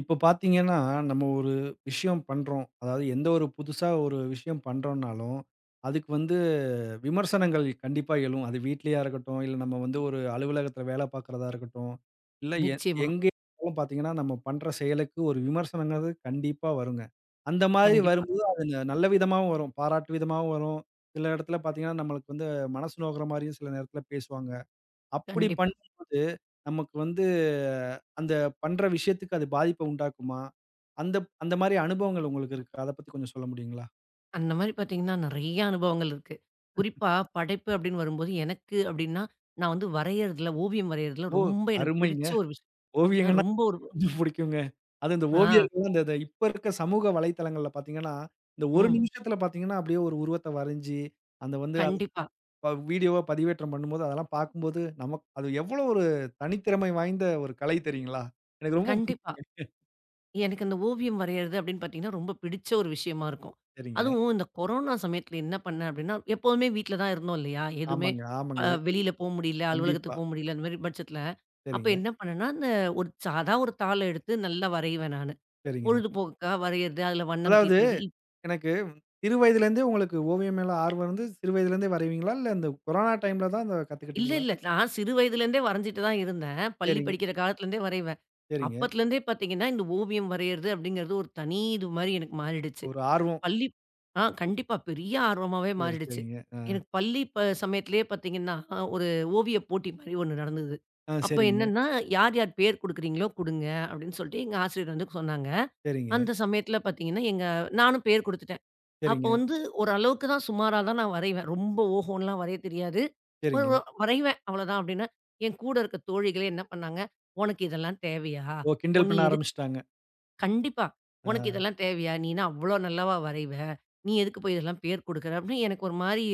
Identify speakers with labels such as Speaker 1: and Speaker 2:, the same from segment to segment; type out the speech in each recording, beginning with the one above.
Speaker 1: இப்ப பார்த்தீங்கன்னா, நம்ம ஒரு விஷயம் பண்றோம். அதாவது எந்த ஒரு புதுசா ஒரு விஷயம் பண்றோம்னாலும், அதுக்கு வந்து விமர்சனங்கள் கண்டிப்பா எழும். அது வீட்லயா இருக்கட்டும், இல்ல நம்ம வந்து ஒரு அலுவலகத்தில வேலை பார்க்கிறதா இருக்கட்டும், இல்ல எ
Speaker 2: நிச்சயமா.
Speaker 1: எங்கே இருந்தாலும் பார்த்தீங்கன்னா, நம்ம பண்ற செயலுக்கு ஒரு விமர்சனங்கிறது கண்டிப்பா வருங்க. அந்த மாதிரி
Speaker 2: கண்டிப்பா,
Speaker 1: வரும்போது அது நல்ல விதமாவும் வரும், பாராட்டு விதமாவும் வரும். சில இடத்துல பார்த்தீங்கன்னா, நம்மளுக்கு வந்து மனசு நோகுற மாரியும் சில நேரத்தில பேசுவாங்க. அப்படி
Speaker 2: கண்டிப்பா.
Speaker 1: பண்ணும்போது, நமக்கு வந்து அந்த பண்ற விஷயத்துக்கு அது பாதிப்ப உண்டாக்குமா? அந்த அந்த மாரி அனுபவங்கள் உங்களுக்கு இருக்கா? அத பத்தி கொஞ்சம் சொல்ல முடியுங்களா?
Speaker 2: அந்த மாரி பார்த்தீங்கன்னா, நெறைய அனுபவங்கள் இருக்கு. குறிப்பா படைப்பு அப்படின்னு வரும்போது, எனக்கு அப்படின்னா, நான் வந்து வரையறதுல, ஓவியம் வரையறதுல
Speaker 1: ஓ,
Speaker 2: ரொம்ப எனக்கு
Speaker 1: அருமைங்க.
Speaker 2: பிடிச்ச ஒரு விஷயம்.
Speaker 1: ஓவியங்கன்னா
Speaker 2: ரொம்ப ஒரு
Speaker 1: கொஞ்சம் புடிக்குங்க. அதுவும் இந்த
Speaker 2: ஆ,
Speaker 1: ஓவியர்கள் அந்த இப்ப இருக்க சமூக வலைத்தளங்கள்ல பார்த்தீங்கன்னா, இந்த ஒரு
Speaker 2: ம்.
Speaker 1: நிமிஷத்துல பார்த்தீங்கன்னா, அப்படியே ஒரு உருவத்த வரைஞ்சு, அந்த வந்து அது
Speaker 2: கண்டிப்பா,
Speaker 1: வீடியோவா பதிவேற்றம் பண்ணும்போது, அதெல்லாம் பார்க்கும்போது நமக்கு அது எவ்வளோ ஒரு தனித்திறமை வாய்ந்த ஒரு கலை தெரியுங்களா? எனக்கு ரொம்ப
Speaker 2: கண்டிப்பா.
Speaker 1: புடிக்கும்.
Speaker 2: எனக்கு அந்த ஓவியம் வரையறது அப்படின்னு பார்த்தீங்கன்னா, ரொம்ப பிடிச்ச ஒரு விஷயமா இருக்கும்.
Speaker 1: சரிங்க.
Speaker 2: அதுவும் இந்த கொரோனா சமயத்துல என்ன பண்ணேன் அப்படின்னா, எப்போதுமே வீட்ல தான் இருந்தோம் இல்லையா? எதுவுமே
Speaker 1: ஆமாங்க, ஆமாங்க.
Speaker 2: வெளியில போ முடியல,
Speaker 1: கண்டிப்பா.
Speaker 2: அலுவலகத்துக்கு போ முடியல, அந்த மாரி பட்சத்துல, அப்ப
Speaker 1: சரிங்க,
Speaker 2: என்ன பண்ணேன்னா, அந்த ஒரு சாதா ஒரு தாள எடுத்து நல்லா வரைவேன் நானு.
Speaker 1: சரிங்க.
Speaker 2: பொழுதுபோக்குக்கா வரையறது, அதுல வண்ணம்
Speaker 1: அதாவது
Speaker 2: தீட்டுறது.
Speaker 1: எனக்கு சிறு வயதிலேருந்தே உங்களுக்கு ஓவியம் மேல ஆர்வம் இருந்து சிறு வயதிலேருந்தே வரைவீங்களா? இல்ல இந்த கொரோனா டைம்ல தான் அத
Speaker 2: இல்ல,
Speaker 1: கத்துக்கிட்டீங்களா?
Speaker 2: இல்ல. நான் சிறு வயதிலேருந்தே வரைஞ்சுட்டு தான் இருந்தேன். பள்ளி
Speaker 1: சரிங்க,
Speaker 2: படிக்கிற காலத்துலேருந்தே வரைவேன்.
Speaker 1: சரிங்க.
Speaker 2: அப்பத்துலேருந்தே பார்த்தீங்கன்னா, இந்த ஓவியம் வரையறது அப்படிங்கிறது ஒரு தனி இது மாரி எனக்கு மாறிடுச்சு.
Speaker 1: ஒரு ஆர்வம்.
Speaker 2: பள்ளி கண்டிப்பா. பெரிய ஆர்வமாவே
Speaker 1: சரி,
Speaker 2: மாறிடுச்சு.
Speaker 1: சரிங்க. ஆ,
Speaker 2: எனக்கு பள்ளி சமயத்திலேயே பார்த்தீங்கன்னா, ஒரு ஓவியப் போட்டி மாரி ஒண்ணு நடந்தது.
Speaker 1: ஆ
Speaker 2: அப்ப
Speaker 1: சரிங்க,
Speaker 2: என்னன்னா, "யார் யார் பேர் குடுக்குறீங்களோ குடுங்க" அப்படின்னு சொல்லிட்டு எங்க ஆசிரியர் வந்து சொன்னாங்க.
Speaker 1: சரிங்க,
Speaker 2: அந்த சமயத்தில பார்த்தீங்கன்னா, நானும் பேர் குடுத்துட்டேன். அப்போ
Speaker 1: சரிங்க,
Speaker 2: வந்து ஓரளவுக்கு தான் சுமாரா தான் நான் வரைவேன். ரொம்ப ஓஹோன்லாம் வரைய தெரியாது. ஒரு
Speaker 1: சரிங்க.
Speaker 2: ஒரு வரைவேன் அவ்வளோதான் அப்டின்னா, என் கூட இருக்க தோழிகளே என்ன பண்ணாங்க, "உனக்கு இதெல்லாம் தேவையா?
Speaker 1: ஓ,
Speaker 2: ஒ
Speaker 1: கிண்டல்
Speaker 2: நீ
Speaker 1: பண்ண
Speaker 2: எதுக்கு?"
Speaker 1: ஆரம்பிச்சுட்டாங்க.
Speaker 2: கண்டிப்பா.
Speaker 1: ஆ.
Speaker 2: "உனக்கு இதெல்லாம் தேவையா? நீனா அவ்ளோ நல்லாவா வரைவ? நீ எதுக்கு போய் இதெல்லாம் பேர் குடுக்குற?" அப்டின்னு எனக்கு ஒரு மாரி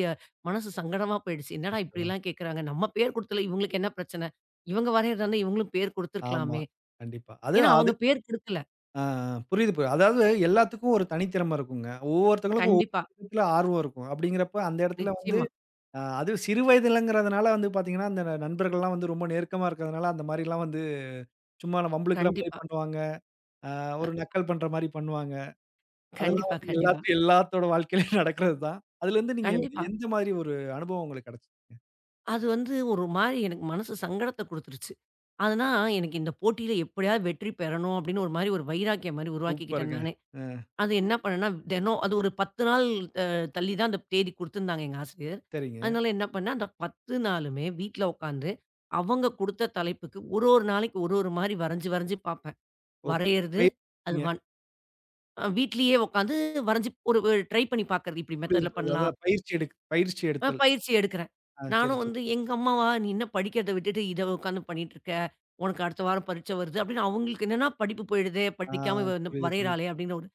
Speaker 2: மனசு சங்கடமா போயிடுச்சு. என்னடா
Speaker 1: அச்சோ!
Speaker 2: இப்டிலாம் கேட்குறாங்க. நம்ம பேர் குடுத்தல இவங்களுக்கு என்ன பிரச்சன? இவங்க வரையறதா இருந்தா இவங்களும் பேர்
Speaker 1: ஆமா.
Speaker 2: குடுத்துருக்கலாமே.
Speaker 1: கண்டிப்பா. அது
Speaker 2: ஏன்னா
Speaker 1: அது
Speaker 2: அவங்க பேர் குடுக்கல.
Speaker 1: ஆ, ஆ புரியுது, புரியுது. அதாவது எல்லாத்துக்கும் ஒரு தனித்திறமை இருக்குங்க. ஒவ்வொருத்தங்களுக்கும் ஒவ்வொரு
Speaker 2: கண்டிப்பா.
Speaker 1: விதத்துல ஆர்வம் இருக்கும். அப்படிங்கிறப்ப அந்த இடத்துல வந்து
Speaker 2: நிச்சயமா.
Speaker 1: அது சிறு வயதிலங்கிறதுனால வந்து பார்த்தீங்கன்னா, அந்த நண்பர்கள்லாம் வந்து ரொம்ப நெருக்கமா இருக்கிறதுனால அந்த மாரிலாம் வந்து சும்மா வம்பிழுக்கிற மாரி
Speaker 2: கண்டிப்பா.
Speaker 1: பண்ணுவாங்க. அ
Speaker 2: அ
Speaker 1: ஒரு நக்கல் பண்ற மாரி பண்ணுவாங்க. அதெல்லாம்
Speaker 2: கண்டிப்பா,
Speaker 1: வந்து
Speaker 2: கண்டிப்பா.
Speaker 1: எல்லாத்தோட வாழ்க்கையிலயும் நடக்கிறது தான். அதுலருந்து நீங்க
Speaker 2: கண்டிப்பா.
Speaker 1: எந்த மாதிரி ஒரு அனுபவம் உங்களுக்கு கிடைச்சது?
Speaker 2: அது வந்து ஒரு மாரி எனக்கு மனசு சங்கடத்த குடுத்துருச்சு. அதுனா எனக்கு இந்த போட்டியில எப்படியாவது வெற்றி பெறணும் அப்படின்னு ஒரு மாரி ஒரு வைராக்கியம் மாரி உருவாக்கிக்கிட்டேன்
Speaker 1: சூப்பருங்க.
Speaker 2: நானே.
Speaker 1: அ,
Speaker 2: அது என்ன பண்ணேன்னா, தினம் அது ஒரு 10 நாள் அ தள்ளி தான் அந்த தேதி குடுத்துருந்தாங்க எங்க ஆசிரியர்.
Speaker 1: சரிங்க.
Speaker 2: அதனால என்ன பண்ணேன், அந்த 10 நாளுமே வீட்ல உட்காந்து அவங்க குடுத்த தலைப்புக்கு ஒரு ஒரு நாளைக்கு ஒரு ஒரு மாரி வரைஞ்சு வரைஞ்சு பார்ப்பேன்.
Speaker 1: ஓ,
Speaker 2: வரையறது, அது
Speaker 1: பயிற்சிங்க.
Speaker 2: வன் வீட்லயே உட்காந்து வரைஞ்சு ஒரு ட்ரை பண்ணி பார்க்கறது. இப்படி
Speaker 1: புரியுது,
Speaker 2: மெத்தட்ல
Speaker 1: புரியுது.
Speaker 2: பண்ணலாம்.
Speaker 1: அதான் பயிற்சி எடுத்தல்.
Speaker 2: பயிற்சி எடுக்கிறேன்.
Speaker 1: ஆ சரி,
Speaker 2: நானும்
Speaker 1: சரி.
Speaker 2: வந்து எங்க அம்மாவா, "நீ என்ன படிக்கிறத விட்டுட்டு இத உட்காந்து பண்ணிட்டுருக்க. உனக்கு அடுத்த வாரம் பரீட்சை வருது." அப்படின்னு அவங்களுக்கு என்னன்னா, படிப்பு போயிடுதே,
Speaker 1: ஆ
Speaker 2: படிக்காம இவ வந்து
Speaker 1: புரியுது, புரியுது.
Speaker 2: வரையிறாளே அப்படின்னு ஒரு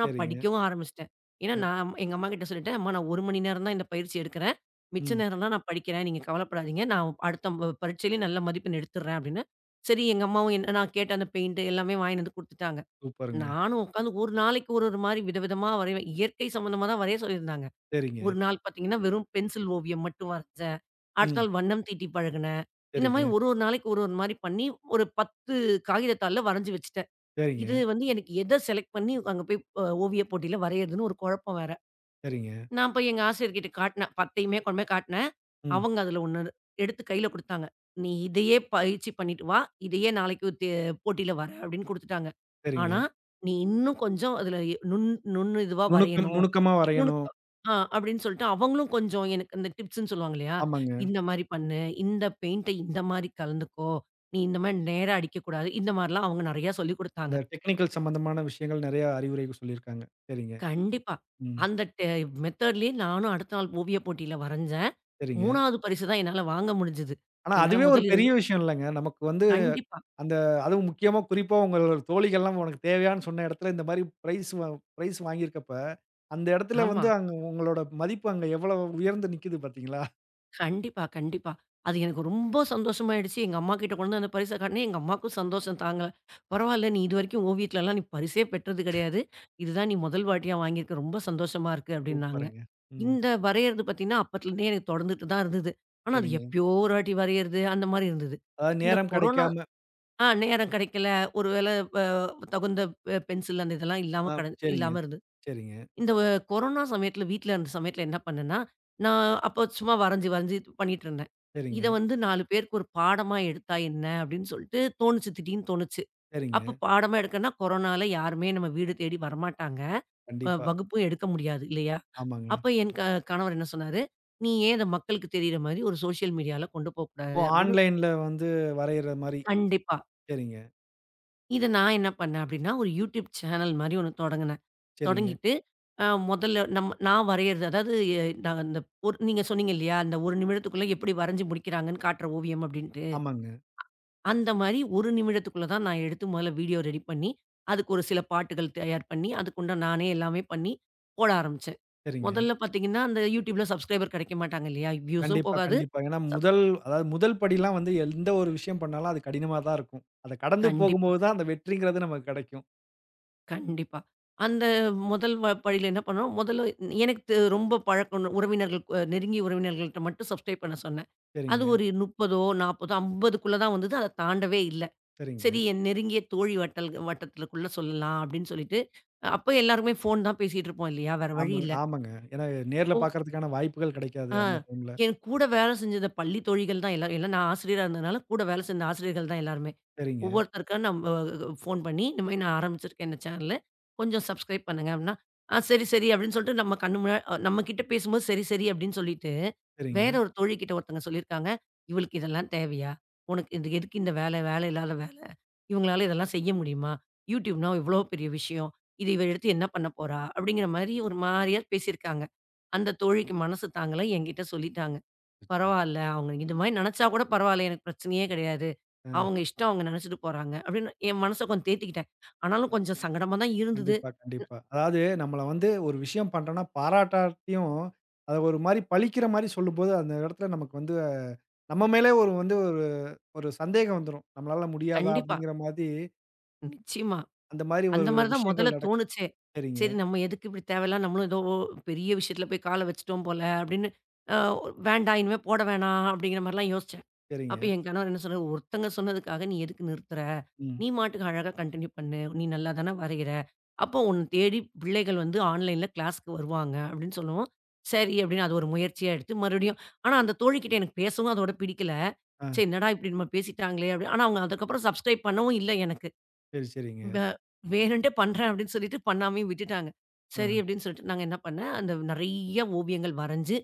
Speaker 2: நான்
Speaker 1: சரிங்க.
Speaker 2: படிக்கவும் ஆரம்பிச்சுட்டேன். ஏன்னா
Speaker 1: ம்,
Speaker 2: நான் எங்க அம்மாகிட்ட சொல்லிட்டேன், "அம்மா நான் 1 மணி நேரம் தான் இந்த பயிற்சி எடுக்கிறேன். மிச்ச
Speaker 1: ம்.
Speaker 2: நேரம்லாம் நான் படிக்கிறேன். நீங்க கவலைப்படாதீங்க. நான் அடுத்த பரீட்சையிலயும் நல்ல மதிப்பெண் எடுத்துடுறேன்." அப்படின்னு. சரி எங்க அம்மாவும் என்ன நான் கேட்ட அந்த பெயிண்ட் எல்லாமே வாங்கின்னு வந்து குடுத்துட்டாங்க.
Speaker 1: சூப்பருங்க.
Speaker 2: நானும் உட்காந்து ஒரு நாளைக்கு ஒரு ஒரு மாரி விதவிதமா வரைவேன். இயற்கை சம்மந்தமா தான் வரைய சொல்லியிருந்தாங்க.
Speaker 1: சரிங்க.
Speaker 2: ஒரு நாள் பார்த்தீங்கன்னா, வெறும் பென்சில் ஓவியம் மட்டும் வரைஞ்சேன். அடுத்த
Speaker 1: ம்.
Speaker 2: நாள் வண்ணம் தீட்டி பழகுனேன். இந்த மாரி
Speaker 1: சரிங்க,
Speaker 2: ஒரு ஒரு நாளைக்கு ஒரு ஒரு மாரி பண்ணி, ஒரு 10 காகிதத்தாள்ல வரைஞ்சு வச்சுட்டேன். இது
Speaker 1: சரிங்க,
Speaker 2: வந்து எனக்கு எத செலக்ட் பண்ணி அங்க போய் ஓவியப் போட்டியில வரையறதுன்னு ஒரு குழப்பம் வேற.
Speaker 1: சரிங்க.
Speaker 2: நான் போய் எங்க ஆசிரியர்கிட்ட காட்டினேன். 10யுமே கொண்டு போய் காட்டினேன்.
Speaker 1: ம்.
Speaker 2: அவங்க அதில 1 எடுத்து கையில குடுத்தாங்க. "நீ இதையே பயிற்சி பண்ணிட்டு வா. இதையே நாளைக்கு போட்டியில வர" அப்படின்னு குடுத்துட்டாங்க.
Speaker 1: சரிங்க.
Speaker 2: ஆனா, "நீ இன்னும் கொஞ்சம் அதில நுண் நுண் நுண்ணு இதுவா
Speaker 1: நுணுக்கம்
Speaker 2: வரையணும்.
Speaker 1: நுணுக்கமா வரையணும்.
Speaker 2: நுணுக்கம்" அப்படின்னு சொல்லிட்டு அவங்களும் கொஞ்சம் எனக்கு இந்த டிப்ஸ்ன்னு சொல்லுவாங்க இல்லையா?
Speaker 1: ஆமாங்க.
Speaker 2: "இந்த மாரி பண்ணு. இந்த பெயிண்ட்ட இந்த மாரி கலந்துக்கோ. நீ இந்த மாரி நேரா அடிக்கக்கூடாது." இந்த மாரிலாம் அவங்க நெறையா சொல்லிக்
Speaker 1: அந்த
Speaker 2: குடுத்தாங்க.
Speaker 1: டெக்னிக்கல் சம்பந்தமான விஷயங்கள் நெறைய அறிவுரை சொல்லியிருக்காங்க. சரிங்க.
Speaker 2: கண்டிப்பா.
Speaker 1: ம்.
Speaker 2: அந்த டெ மெத்தட்லயே நானும் அடுத்த நாள் ஓவிய போட்டியில வரைஞ்சேன்.
Speaker 1: சரிங்க.
Speaker 2: 3வது பரிசு தான் என்னால வாங்க முடிஞ்சது.
Speaker 1: ஆனா
Speaker 2: என்னால
Speaker 1: அதுவே ஒரு
Speaker 2: முதல்
Speaker 1: பெரிய
Speaker 2: 2
Speaker 1: விஷயம் இல்லங்க. நமக்கு வந்து
Speaker 2: கண்டிப்பா.
Speaker 1: அந்த அதுவும் முக்கியமா குறிப்பா உங்களோட தோழிகள்லாம் உனக்கு தேவையான்னு சொன்ன இடத்துல இந்த மாரி பிரைஸ் வாங்கியிருக்கப்ப, அந்த இடத்துல
Speaker 2: ஆமா.
Speaker 1: வந்து அங்க உங்களோட மதிப்பு அங்க எவ்வளோ உயர்ந்து நிக்குது பார்த்தீங்களா?
Speaker 2: கண்டிப்பா, கண்டிப்பா. அது எனக்கு ரொம்ப சந்தோஷமாயிடுச்சு. எங்க அம்மா கிட்ட கொண்டு வந்து அந்த பரிச காட்டுனேன். எங்க அம்மாக்கும் சந்தோஷம் தாங்கல. "பரவால்ல, நீ இதுவரைக்கும் ஓவியத்துலலாம் நீ பரிசே பெற்றது கிடையாது. இதுதான் நீ முதல் வாட்டியா வாங்கியிருக்க. ரொம்ப சந்தோஷமா இருக்கு" அப்படின்னாங்க.
Speaker 1: சூப்பருங்க. ம்.
Speaker 2: இந்த வரையறது பார்த்தீங்கன்னா, அப்பத்துலருந்தே எனக்கு தொடர்ந்துட்டு தான் இருந்தது. ஆனா, அது
Speaker 1: சரிங்க.
Speaker 2: எப்பயோ ஒரு வாட்டி வரையறது, அந்த மாரி இருந்தது.
Speaker 1: அதாவது
Speaker 2: இந்த
Speaker 1: நேரம்
Speaker 2: கொரோனா
Speaker 1: கிடைக்காம
Speaker 2: நேரம் கிடைக்கல. ஒரு வேள வ தகுந்த பென்சில் அந்த இதெல்லாம் இல்லாம
Speaker 1: ஆ, சரிங்க.
Speaker 2: இல்லாம இருந்தது.
Speaker 1: சரிங்க,
Speaker 2: இந்த கொரோனா சமயத்தில வீட்ல இருந்த சமயத்தில என்ன பண்ணேன்னா, நான் அப்போ சும்மா வரைஞ்சு வரைஞ்சு பண்ணிட்டு இருந்தேன்.
Speaker 1: சரிங்க,
Speaker 2: இத வந்து 4 பேருக்கு ஒரு பாடமா எடுத்தா என்ன அப்படின்னு சொல்லிட்டு தோணுச்சு, திடீர்னு தோணுச்சு.
Speaker 1: சரிங்க.
Speaker 2: அப்ப பாடமா எடுக்கன்னா கொரோனால யாருமே நம்ம வீடு தேடி வரமாட்டாங்க.
Speaker 1: கண்டிப்பா.
Speaker 2: வகுப்பும் எடுக்க முடியாது இல்லையா?
Speaker 1: ஆமாங்க.
Speaker 2: அப்ப என் கணவர் என்ன சொன்னாரு, "நீ ஏன் இத மக்களுக்கு தெரியிற மாரி ஒரு சோசியல் மீடியால கொண்டு
Speaker 1: ஓ,
Speaker 2: போக்கூடாது" அப்படின்னு.
Speaker 1: ஆன்லைன்ல வந்து வரையிற மாரி.
Speaker 2: கண்டிப்பா.
Speaker 1: சரிங்க,
Speaker 2: இத நான் என்ன பண்ணேன் அப்படின்னா, ஒரு யூடியூப் சேனல் மாரி ஒண்ணு தொடங்குனேன்.
Speaker 1: சரிங்க.
Speaker 2: தொடங்கிட்டு முதல்ல நம்ம நான் வரையறது அதாவது நான் அந்த ஒரு நீங்க சொன்னீங்க இல்லையா, அந்த 1 நிமிடத்துக்குள்ள எப்படி வரைஞ்சு முடிக்கிறாங்கன்னு காட்டுற ஓவியம் அப்படின்ட்டு.
Speaker 1: ஆமாங்க.
Speaker 2: அந்த மாரி 1 நிமிடத்துக்குள்ள தான் நான் எடுத்து முதல்ல வீடியோ ரெடி பண்ணி, அதுக்கு ஒரு சில பாட்டுகள் தயார் பண்ணி, அதுக்குண்ட நானே எல்லாமே பண்ணி போட ஆரம்பிச்சேன்.
Speaker 1: சரிங்க.
Speaker 2: முதல்ல பார்த்தீங்கன்னா, அந்த யூடியூப்ல சப்ஸ்கிரைபர் கிடைக்க மாட்டாங்க இல்லையா? வியூஸும்
Speaker 1: கண்டிப்பா,
Speaker 2: போகாது.
Speaker 1: கண்டிப்பா. ஏன்னா
Speaker 2: சப்
Speaker 1: முதல் அதாவது முதல் படிலாம் வந்து எந்த ஒரு விஷயம் பண்ணாலும் அது கடினமா தான் இருக்கும். அத கடந்து
Speaker 2: கண்டிப்பா.
Speaker 1: போகும்போது தான் அந்த வெற்றிங்கிறது நமக்கு கிடைக்கும்.
Speaker 2: கண்டிப்பா. அந்த முதல் படியில என்ன பண்ணோம், முதல்ல எனக்கு ரொம்ப பழக்கம் நெருங்கிய உறவினர்கள்ட்ட மட்டும் சப்ஸ்கிரைப் பண்ண சொன்னேன். அது
Speaker 1: சரிங்க.
Speaker 2: ஒரு 30, 40, 50க்குள்ள தான் வந்தது. அத தாண்டவே இல்ல. சரி
Speaker 1: சரிங்க.
Speaker 2: என் நெருங்கிய தோழி வட்டத்துக்குள்ள சொல்லலாம் அப்படின்னு சொல்லிட்டு, அப்ப எல்லாருமே ஃபோன் தான் பேசிட்டு இருப்போம் இல்லையா? வேற வழி
Speaker 1: ஆமாங்க,
Speaker 2: இல்ல.
Speaker 1: ஆமாங்க. ஏன்னா நேர்ல பார்க்கறதுக்கான வாய்ப்புகள் கிடைக்காது
Speaker 2: ஆ.
Speaker 1: அந்த டைம்ல.
Speaker 2: என் கூட வேலை செஞ்சத பள்ளி தோழிகள் தான் எல்லாரும். எல்லாம் நான் ஆசிரியரா இருந்ததுனால, கூட வேலை செஞ்ச ஆசிரியர்கள் தான் எல்லாருமே.
Speaker 1: சரிங்க,
Speaker 2: ஒவ்வொருத்தருக்கா நம்ம ஃபோன் பண்ணி, இந்த மாரி நான் ஆரம்பிச்சிருக்கேன் இந்த சேனலு. கொஞ்சம் சப்ஸ்கிரைப் பண்ணுங்க அப்படின்னா, ஆ சரி, சரி அப்படின்னு சொல்லிட்டு நம்ம கண்ணு முன்னா நம்ம கிட்ட பேசும்போது சரி, சரி அப்படின்னு சொல்லிட்டு, வேற
Speaker 1: சரிங்க.
Speaker 2: ஒரு தோழி கிட்ட ஒருத்தங்க சொல்லியிருக்காங்க. "இவளுக்கு இதெல்லாம் தேவையா? உனக்கு இது எதுக்கு இந்த வேலை? வேலை இல்லாத வேலை. இவங்களால இதெல்லாம் செய்ய முடியுமா? YouTubeனா எவ்வளோ பெரிய விஷயம். இத இவ எடுத்து என்ன பண்ண போறா?" அப்படிங்கிற மாரி ஒரு மாரியா பேசியிருக்காங்க. அந்த தோழிக்கு மனசு தாங்கல. என்கிட்ட சொல்லிட்டாங்க.
Speaker 1: அச்சச்சோ!
Speaker 2: பரவால்ல. அவங்க இது மாரி நெனச்சா கூட பரவால்ல. எனக்கு பிரச்சனையே கிடையாது.
Speaker 1: ஆ,
Speaker 2: அவங்க இஷ்டம் அவங்க நெனச்சுட்டு போறாங்க. அப்படின்னு என் மனச கொஞ்சம் தேத்திக்கிட்டேன். ஆனாலும் கொஞ்சம் சங்கடமா தான் இருந்தது.
Speaker 1: கண்டிப்பா, கண்டிப்பா. அதாவது நம்மள வந்து ஒரு விஷயம் பண்றோம்னா பாராட்டாட்டியும், அத ஒரு மாரி பழிக்கிற மாரி சொல்லும்போது, அந்த இடத்துல நமக்கு வந்து நம்ம மேலே ஒரு வந்து ஒரு ஒரு சந்தேகம் வந்துரும். நம்மளால முடியாதா?
Speaker 2: கண்டிப்பா.
Speaker 1: அப்படிங்கிற மாதிரி
Speaker 2: நிச்சயமா.
Speaker 1: அந்த மாரி
Speaker 2: அந்த
Speaker 1: ஒரு
Speaker 2: மாரி தான் முதல்ல
Speaker 1: விஷயங்கள் நடக்கும்.
Speaker 2: தோணுச்சே.
Speaker 1: சரிங்க,
Speaker 2: சரி நம்ம எதுக்கு இப்படி தேவையில்லாம நம்மளும் ஏதோ பெரிய விஷயத்துல போய் கால வச்சுட்டோம் போல அப்படின்னு. அ வேண்டாம் இனிமே போட வேணாம் அப்படிங்கிற மாரிலாம் யோசிச்சேன்.
Speaker 1: சரிங்க.
Speaker 2: அப்ப என் கணவர் என்ன சொன்னாரு, "ஒருத்தங்க சொன்னதுக்காக நீ எதுக்கு நிறுத்துற?
Speaker 1: ம்.
Speaker 2: நீ பாட்டுக்கு அழகா கன்டின்யூ பண்ணு. நீ நல்லா தான வரையிற. அப்போ உன்ன தேடி பிள்ளைகள் வந்து ஆன்லைன்ல கிளாஸ்க்கு வருவாங்க." அப்படின்னு சொல்லவும், சரி அப்படின்னு அது ஒரு முயற்சியா எடுத்து மறுபடியும். ஆனா அந்த தோழிகிட்ட எனக்கு பேசவும் அதோட பிடிக்கல.
Speaker 1: ஆ
Speaker 2: சரி என்னடா இப்படி நம்ம பேசிட்டாங்களே அப்படி ஆனா அவங்க அதுக்கப்புறம் சப்ஸ்கிரைப் பண்ணவும் இல்ல எனக்கு.
Speaker 1: சரி, சரிங்க.
Speaker 2: வே வேணுன்ட்டே பண்றேன் அப்படின்னு சொல்லிட்டு பண்ணாமயே விட்டுட்டாங்க.
Speaker 1: ஆ
Speaker 2: சரி அப்படின்னு சொல்லிட்டு நாங்க என்ன பண்ணேன், அந்த நெறைய ஓவியங்கள் வரைஞ்சு,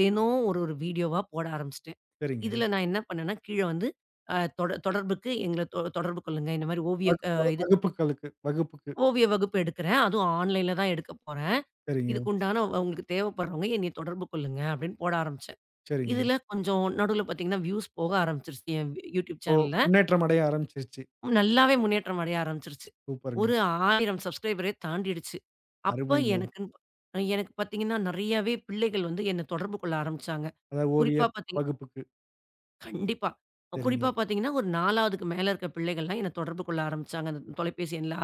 Speaker 2: தினம் ஒரு ஒரு வீடியோவா போட ஆரம்பிச்சுட்டேன்.
Speaker 1: சரிங்க.
Speaker 2: இதுல நான் என்ன பண்ணேன்னா, கீழ வந்து தொடர்புக்கு எங்கள தொடர்பு கொள்ளுங்க. இந்த மாரி ஓவிய
Speaker 1: வகுப்பு
Speaker 2: இது
Speaker 1: வகுப்புகளுக்கு வகுப்புக்கு.
Speaker 2: ஓவிய வகுப்பு எடுக்கிறேன். அதுவும் ஆன்லைன்ல தான் எடுக்கப் போறேன்.
Speaker 1: சரிங்க,
Speaker 2: இதுக்கு உண்டான உங்களுக்கு தேவைப்படுறவங்க என்னைய தொடர்பு கொள்ளுங்க அப்படின்னு போட ஆரம்பிச்சேன்.
Speaker 1: சரிங்க.
Speaker 2: இதுல கொஞ்சம் நடுவுல பார்த்தீங்கன்னா, வியூஸ் போக ஆரம்பிச்சுருச்சு என் யூடியூப்
Speaker 1: ஓ,
Speaker 2: சேனல்ல.
Speaker 1: முன்னேற்றம் அடைய ஆரம்பிச்சிருச்சு.
Speaker 2: நல்லாவே முன்னேற்றம் அடைய ஆரம்பிச்சுருச்சு.
Speaker 1: சூப்பருங்க.
Speaker 2: ஒரு 1,000 சப்ஸ்கிரைபரே தாண்டிடுச்சு. அப்ப
Speaker 1: அருமைங்க.
Speaker 2: எனக்குன்னு எனக்கு பார்த்தீங்கன்னா, நெறையாவே பிள்ளைகள் வந்து என்ன தொடர்பு கொள்ள ஆரம்பிச்சாங்க.
Speaker 1: அதாவது ஓவிய
Speaker 2: குறிப்பா பார்த்தீங்க
Speaker 1: வகுப்புக்கு.
Speaker 2: கண்டிப்பா. குறிப்பா
Speaker 1: சரிங்க,
Speaker 2: பார்த்தீங்கன்னா, ஒரு 4வதுக்கு மேல இருக்க பிள்ளைகள்லாம் என்ன தொடர்பு கொள்ள ஆரம்பிச்சாங்க. அந்த தொலைபேசி எண்ல.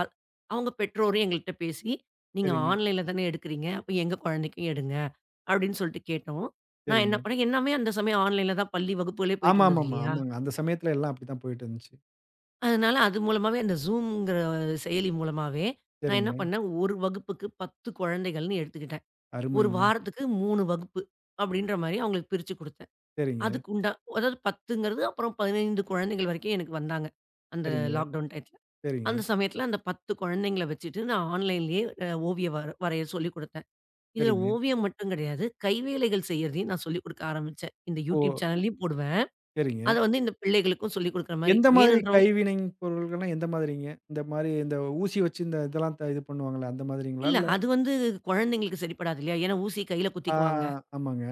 Speaker 2: அவங்க பெற்றோரும் எங்கள்ட்ட பேசி, "நீங்க
Speaker 1: சரிங்க,
Speaker 2: ஆன்லைன்ல தானே எடுக்கிறீங்க. அப்ப எங்க குழந்தைக்கும் எடுங்க." அப்படின்னு சொல்லிட்டு கேட்டோம். நான்
Speaker 1: சரிங்க.
Speaker 2: என்ன பண்ணேன், எல்லாமே அந்த சமயம் ஆன்லைன்ல தான் பள்ளி வகுப்புகளே போயிட்டு இருந்தது
Speaker 1: ஆமாமாமா.
Speaker 2: இல்லையா?
Speaker 1: ஆமாங்க. அந்த சமயத்துல எல்லாம் அப்படித்தான் போயிட்டு இருந்துச்சு.
Speaker 2: அதனால அது மூலமாவே அந்த Zoomங்கிற செயலி மூலமாவே, நான் என்ன
Speaker 1: சரிங்க.
Speaker 2: பண்ணேன், 1 வகுப்புக்கு 10 குழந்தைகள்னு எடுத்துக்கிட்டேன். 1
Speaker 1: அருமைங்க.
Speaker 2: வாரத்துக்கு 3 வகுப்பு அப்படின்ற மாரி அவங்களுக்கு பிரிச்சு குடுத்தேன்.
Speaker 1: சரிங்க,
Speaker 2: அதுக்கு உண்டா அதாவது 10ங்கிறது அப்புறம் 15 குழந்தைகள் வரைக்கும் எனக்கு வந்தாங்க. அந்த
Speaker 1: சரிங்க,
Speaker 2: லாக்டவுன் டயத்துல.
Speaker 1: சரிங்க,
Speaker 2: அந்த சமயத்துல அந்த 10 குழந்தைங்கள வச்சுட்டு நான் ஆன்லைன்லயே ஓவியம் வரைய சொல்லிக் குடுத்தேன். இதுல
Speaker 1: சரிங்க.
Speaker 2: ஓவியம் மட்டும் கிடையாது, கைவேலைகள் செய்யறதையும் நான் சொல்லிக் குடுக்க ஆரம்பிச்சேன். இந்த
Speaker 1: ஓ,
Speaker 2: YouTube சேனல்லயும் போடுவேன்.
Speaker 1: சரிங்க.
Speaker 2: அத வந்து இந்த பிள்ளைகளுக்கும் சொல்லிக் குடுக்குற மாரி.
Speaker 1: எந்த மாதிரி கைவினை பொருள்கள்னா எந்த மாதிரிங்க? இந்த மாரி இந்த ஊசி வச்சு இந்த இதெல்லாம் இது பண்ணுவாங்கல்ல, அந்த மாதிரிங்களா?
Speaker 2: இல்ல.
Speaker 1: இல்ல
Speaker 2: அது வந்து குழந்தைங்களுக்கு சரிப்படாது இல்லையா? ஏன்னா ஊசி கையில
Speaker 1: ஆ,
Speaker 2: குத்திக்குவாங்க.
Speaker 1: ஆ. ஆமாங்க,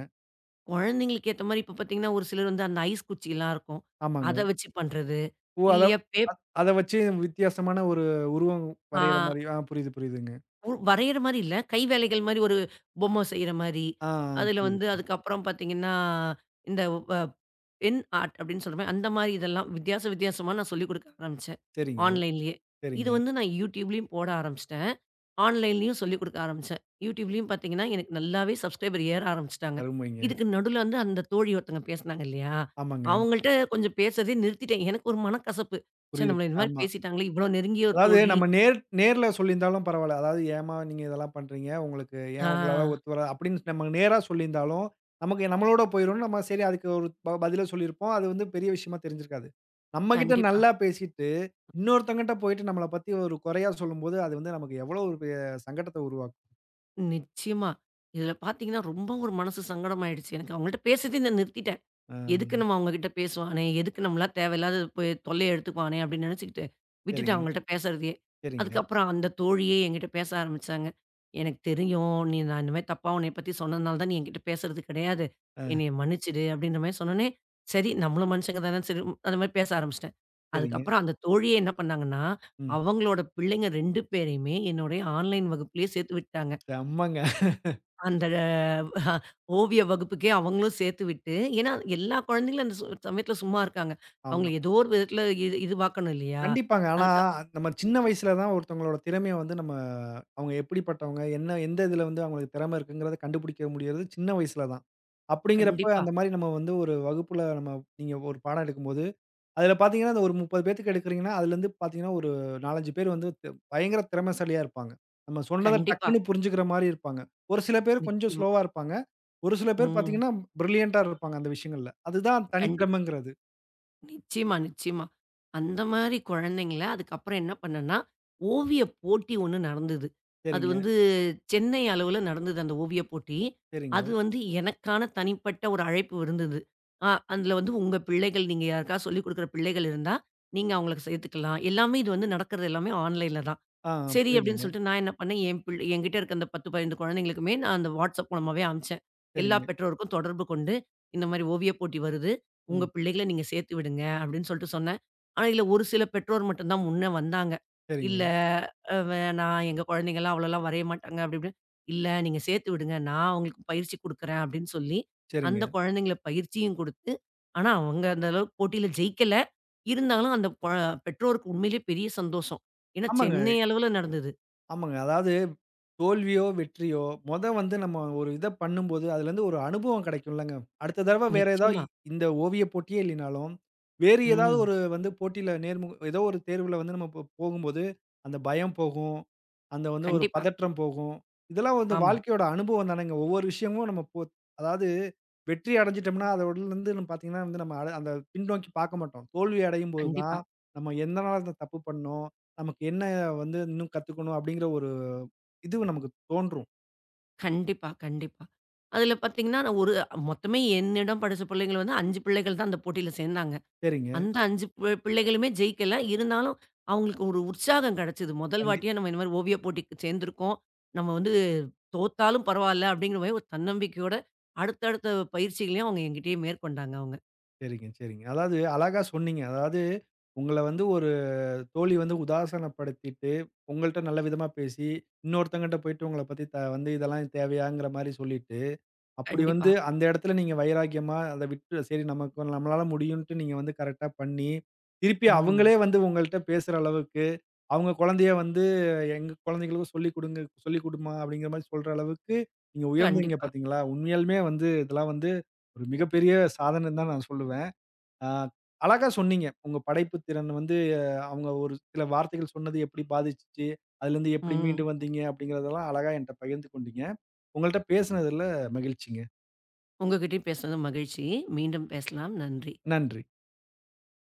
Speaker 2: குழந்தைங்களுக்கு ஏத்த மாரி இப்ப பார்த்தீங்கன்னா, ஒரு சிலர் வந்து அந்த ஐஸ் குச்சிலாம் இருக்கும்.
Speaker 1: ஆமாங்க.
Speaker 2: அத வச்சு பண்றது.
Speaker 1: ஓ, அத
Speaker 2: இல்லையா
Speaker 1: அத வச்சு வித்தியாசமான ஒரு உருவம்
Speaker 2: ஆ.
Speaker 1: வரையிற மாரி. ஆ புரியுது, புரியுதுங்க.
Speaker 2: வரையிற மாரி இல்ல. கை வேலைகள் மாரி ஒரு பொம்மை செய்ற மாரி.
Speaker 1: ஆ, ஆ.
Speaker 2: அதுல
Speaker 1: புரியுது,
Speaker 2: வந்து
Speaker 1: புரியுது.
Speaker 2: அதுக்கப்புறம் பார்த்தீங்கன்னா, இந்த வ பென் ஆர்ட் அப்படின்னு சொல்ற மாரி அந்த மாரி இதெல்லாம் வித்தியாசமா நான் சொல்லிக் குடுக்க ஆரம்பிச்சேன்.
Speaker 1: சரிங்க,
Speaker 2: ஆன்லைன்லயே. இது
Speaker 1: சரிங்க.
Speaker 2: வந்து நான் யூடியூப்லயும் போட ஆரம்பிச்சுட்டேன். ஆன்லைன்லயும் சொல்லிக் குடுக்க ஆரம்பிச்சேன். யூடியூப்லயும் பார்த்தீங்கன்னா, எனக்கு நல்லாவே சப்ஸ்கிரைபர் ஏற ஆரம்பிச்சுட்டாங்க.
Speaker 1: அருமைங்க.
Speaker 2: இதுக்கு நடுவுல வந்து அந்த தோழி ஒருத்தங்க பேசுனாங்க இல்லையா?
Speaker 1: ஆமாங்க.
Speaker 2: அவங்கள்ட்ட கொஞ்சம் பேசுறதே நிறுத்திட்டேன். எனக்கு ஒரு மனக்கசப்பு. ச்சே
Speaker 1: புரியுது.
Speaker 2: நம்மள இந்த மாரி
Speaker 1: ஆமா.
Speaker 2: பேசிட்டாங்களே! இவ்வளோ நெருங்கிய ஒரு
Speaker 1: அதாவது
Speaker 2: தோழி.
Speaker 1: நம்ம நேர்ல சொல்லியிருந்தாலும் பரவால்ல. அதாவது ஏம்மா நீங்க இதெல்லாம் பண்றீங்க? உங்களுக்கு
Speaker 2: ஆ
Speaker 1: ஏன் உங்களால ஒத்து வராது அப்படின்னு நம்ம நேரா சொல்லியிருந்தாலும், நமக்கு நம்மளோட போயிரும்னு நம்ம சரி அதுக்கு ஒரு பதில சொல்லியிருப்போம். அது வந்து பெரிய விஷயமா தெரிஞ்சிருக்காது. நம்மகிட்ட
Speaker 2: கண்டிப்பா.
Speaker 1: நல்லா பேசிட்டு, இன்னொருத்தவங்ககிட்ட போயிட்டு நம்மள பத்தி ஒரு குறையா சொல்லும்போது, அது வந்து நமக்கு எவ்வளோ ஒரு பெரிய சங்கடத்த உருவாக்கும்.
Speaker 2: நிச்சயமா. இதில பார்த்தீங்கன்னா, ரொம்ப ஒரு மனசு சங்கடம் ஆயிடுச்சு எனக்கு. அவங்கள்ட்ட பேசுறதே நான் நிறுத்திட்டேன்.
Speaker 1: ஆ,
Speaker 2: எதுக்கு நம்ம அவங்ககிட்ட பேசுவானே? எதுக்கு நம்மளாம் தேவையில்லாத போய் தொல்லைய எடுத்துக்குவானே? அப்படின்னு நினைச்சுக்கிட்டு விட்டுட்டேன்
Speaker 1: சரிங்க,
Speaker 2: அவங்கள்ட்ட பேசுறதையே.
Speaker 1: சரிங்க.
Speaker 2: அதுக்கப்புறம் அந்த தோழியே என்கிட்ட பேச ஆரம்பிச்சாங்க. "எனக்கு தெரியும். நீ நான் இந்த மாரி தப்பா உன்னைய பத்தி சொன்னதுனால தான் நீ என்கிட்ட பேசுறது கிடையாது.
Speaker 1: ஆ,
Speaker 2: என்னைய மன்னிச்சுடு" அப்படின்ற மாரி சொன்னோனே, சரி நம்மளும் மனுஷங்க தானே சரி உம், அந்த மாரி பேச ஆரம்பிச்சுட்டேன்.
Speaker 1: சரிங்க.
Speaker 2: அதுக்கப்புறம் அந்த தோழியே என்ன பண்ணாங்கன்னா,
Speaker 1: ம்.
Speaker 2: அவங்களோட பிள்ளைங்க 2 பேரையுமே என்னுடைய ஆன்லைன் வகுப்பிலேயே சேர்த்து விட்டாங்க.
Speaker 1: செம்மங்க.
Speaker 2: அந்த அஹ், ஓவிய வகுப்புக்கே அவங்களும் சேர்த்து விட்டு, ஏன்னா எல்லா குழந்தைங்களும் அந்த சமயத்துல சும்மா இருக்காங்க.
Speaker 1: ஆமா.
Speaker 2: அவங்கள ஏதோ ஒரு விதத்துல இது இதுவாக்கணும் இல்லையா?
Speaker 1: கண்டிப்பாங்க. ஆனா,
Speaker 2: அதுக்கு
Speaker 1: நம்ம சின்ன வயசுல தான் ஒருத்தவங்களோட திறமைய வந்து நம்ம அவங்க எப்படிப்பட்டவங்க, என்ன எந்த இதுல வந்து அவங்களுக்கு திறமை இருக்குங்கிறத கண்டுபிடிக்க முடியறது சின்ன வயசுல தான். அப்படிங்கிறப்ப
Speaker 2: கண்டிப்பா,
Speaker 1: அந்த மாரி நம்ம வந்து ஒரு வகுப்புல நம்ம நீங்க ஒரு பாடம் எடுக்கும்போது, அதுல பார்த்தீங்கன்னா, அந்த ஒரு 30 பேத்துக்கு எடுக்குறீங்கன்னா, அதுலருந்து பார்த்தீங்கன்னா, ஒரு 4, 5 பேர் வந்து பயங்கர திறமைசாலியா இருப்பாங்க. நம்ம சொன்னத
Speaker 2: கண்டிப்பா.
Speaker 1: டக்குன்னு புரிஞ்சுக்கிற மாரி இருப்பாங்க. ஒரு சில பேர் கொஞ்சம்
Speaker 2: நிச்சயமா.
Speaker 1: ஸ்லோவா இருப்பாங்க. ஒரு சில பேர்
Speaker 2: ம்.
Speaker 1: பார்த்தீங்கன்னா, பிரில்லியன்ட்டா இருப்பாங்க அந்த விஷயங்கள்ல. அதுதான்
Speaker 2: கண்டிப்பா.
Speaker 1: தனித்திறமைங்கிறது.
Speaker 2: நிச்சயமா, நிச்சயமா. அந்த மாரி குழந்தைங்கள அதுக்கப்புறம் என்ன பண்ணேன்னா, ஓவியப் போட்டி ஒண்ணு நடந்தது. அது
Speaker 1: சரிங்க,
Speaker 2: வந்து சென்னை அளவுல நடந்தது அந்த ஓவியப் போட்டி. அது
Speaker 1: சரிங்க.
Speaker 2: வந்து எனக்கான தனிப்பட்ட ஒரு அழைப்பு இருந்தது. அதுல வந்து உங்க பிள்ளைகள் நீங்க யாருக்காவது சொல்லிக் குடுக்குற பிள்ளைகள் இருந்தா, நீங்க அவங்களுக்கு சேர்த்துக்கலாம். எல்லாமே இது வந்து நடக்கிறது எல்லாமே ஆன்லைன்ல தான்.
Speaker 1: ஆ
Speaker 2: சரி அப்படின்னு
Speaker 1: புரியுதுங்க.
Speaker 2: சொல்லிட்டு நான் என்ன பண்ணேன், என்கிட்ட இருக்க அந்த 10, 15 குழந்தைங்களுக்குமே நான் அந்த WhatsApp மூலமாவே அனுப்பிச்சேன். எல்லா
Speaker 1: சரிங்க.
Speaker 2: பெற்றோருக்கும் தொடர்பு கொண்டு, "இந்த மாரி ஓவியப் போட்டி வருது. உங்க
Speaker 1: ம்.
Speaker 2: பிள்ளைகள நீங்க சேர்த்து விடுங்க" அப்படின்னு சொல்லிட்டு சொன்னேன். ஆனா, இதுல ஒரு சில பெற்றோர் மட்டும் தான் முன்ன வந்தாங்க. "இல்ல
Speaker 1: சரிங்க,
Speaker 2: வேணாம். எங்க குழந்தைங்கலாம் அவ்வளோலாம் வரைய மாட்டாங்க" அப்படி இப்படின்னு. "இல்ல நீங்க சேர்த்து விடுங்க. நான் அவங்களுக்கு பயிற்சி குடுக்குறேன்" அப்படின்னு சொல்லி,
Speaker 1: சரிங்க.
Speaker 2: அந்த குழந்தைங்கள பயிற்சியும் குடுத்து, ஆனா அவங்க அந்த அளவுக்கு போட்டியில ஜெயிக்கல. இருந்தாலும் அந்த பெற்றோருக்கு உண்மையிலேயே பெரிய சந்தோஷம். ஏன்னா,
Speaker 1: ஆமாங்க,
Speaker 2: சென்னை அளவுல நடந்தது.
Speaker 1: ஆமாங்க. அதாவது தோல்வியோ, வெற்றியோ, வந்து நம்ம ஒரு இத பண்ணும்போது, அதுலருந்து ஒரு அனுபவம் கெடைக்கும்லங்க. அடுத்த தடவ வேற ஏதாவது
Speaker 2: நிச்சயமா.
Speaker 1: இந்த ஓவிய போட்டியே இல்லைனாலும், வேறு ஏதாவது
Speaker 2: ம்.
Speaker 1: ஒரு வந்து போட்டியில ஏதோ ஒரு தேர்வுல வந்து நம்ம போகும்போது, அந்த பயம் போகும். அந்த வந்து ஒரு
Speaker 2: கண்டிப்பா.
Speaker 1: பதற்றம் போகும். இதெல்லாம் வந்து
Speaker 2: ஆமா.
Speaker 1: வாழ்க்கையோட அனுபவம் தானேங்க. ஒவ்வொரு விஷயமும் நம்ம போ அதாவது வெற்றி அடைஞ்சுட்டோம்னா, அதோடலருந்து நம்ம பார்த்தீங்கன்னா வந்து நம்ம அத அந்த பின்னோக்கி பார்க்க மாட்டோம். தோல்வி அடையும்போது தான்,
Speaker 2: கண்டிப்பா.
Speaker 1: நம்ம எந்தனால இந்த தப்பு பண்ணோம்? நமக்கு என்ன வந்து இன்னும் கத்துக்கணும் அப்படிங்கிற ஒரு இது நமக்கு தோன்றும்.
Speaker 2: கண்டிப்பா, கண்டிப்பா. அதுல பாத்தீங்கன்னா, நான் ஒரு மொத்தமே என்னிடம் படிச்ச பிள்ளைங்கள் வந்து 5 பிள்ளைகள் தான் அந்த போட்டியில சேர்ந்தாங்க.
Speaker 1: சரிங்க.
Speaker 2: அந்த 5 பிள்ளைகளுமே ஜெயிக்கல. இருந்தாலும் அவங்களுக்கு ஒரு உற்சாகம் கிடைச்சது. முதல்
Speaker 1: கண்டி
Speaker 2: வாட்டியா நம்ம இந்த மாரி ஓவியப் போட்டிக்கு சேர்ந்திருக்கோம். நம்ம வந்து தோத்தாலும் பரவால்ல அப்படிங்கிற மாரி ஒரு தன்னம்பிக்கையோட அடுத்தடுத்த பயிற்சிகளையும் அவங்க என்கிட்டயே மேற்கொண்டாங்க அவங்க.
Speaker 1: சரிங்க, சரிங்க. அதாவது அழகா சொன்னீங்க. அதாவது உங்கள வந்து ஒரு தோழி வந்து உதாசனப்படுத்திட்டு, உங்கள்ட்ட நல்ல விதமா பேசி, இன்னொருத்தவங்கட்ட போயிட்டு உங்கள பத்தி வந்து இதெல்லாம் தேவையாங்கிற மாரி சொல்லிட்டு அப்படி
Speaker 2: கண்டிப்பா.
Speaker 1: வந்து அந்த இடத்துல நீங்க வைராக்கியமா அத விட்டு சரி நமக்கு நம்மளால முடியும்ன்ட்டு நீங்க வந்து கரெக்ட்டா பண்ணி, திருப்பி
Speaker 2: ம்.
Speaker 1: அவங்களே வந்து உங்கள்ட்ட பேசுற அளவுக்கு, அவங்க குழந்தைய வந்து எங்க குழந்தைகளுக்கும் சொல்லிக் குடுங்க சொல்லிக் குடுமா அப்படிங்கிற மாரி சொல்ற அளவுக்கு நீங்க உயர்ந்தீங்க
Speaker 2: கண்டிப்பா.
Speaker 1: பார்த்தீங்களா? உண்மையாலுமே வந்து இதெல்லாம் வந்து ஒரு மிகப்பெரிய சாதனைன்னு தான் நான் சொல்லுவேன். ஆ, அழகா சொன்னீங்க. உங்க படைப்பு திறன் வந்து அவங்க ஒரு சில வார்த்தைகள் சொன்னது எப்படி பாதிச்சுச்சு? அதுலேருந்து எப்படி மீண்டு
Speaker 2: ம்.
Speaker 1: வந்தீங்க? அப்படிங்கிறதெல்லாம் அழகா என்ட்ட பகிர்ந்து கொண்டீங்க. உங்கள்ட்ட பேசினதுல மகிழ்ச்சிங்க.
Speaker 2: உங்ககிட்டயும் பேசுனது மகிழ்ச்சி. மீண்டும் பேசலாம். நன்றி.
Speaker 1: நன்றி.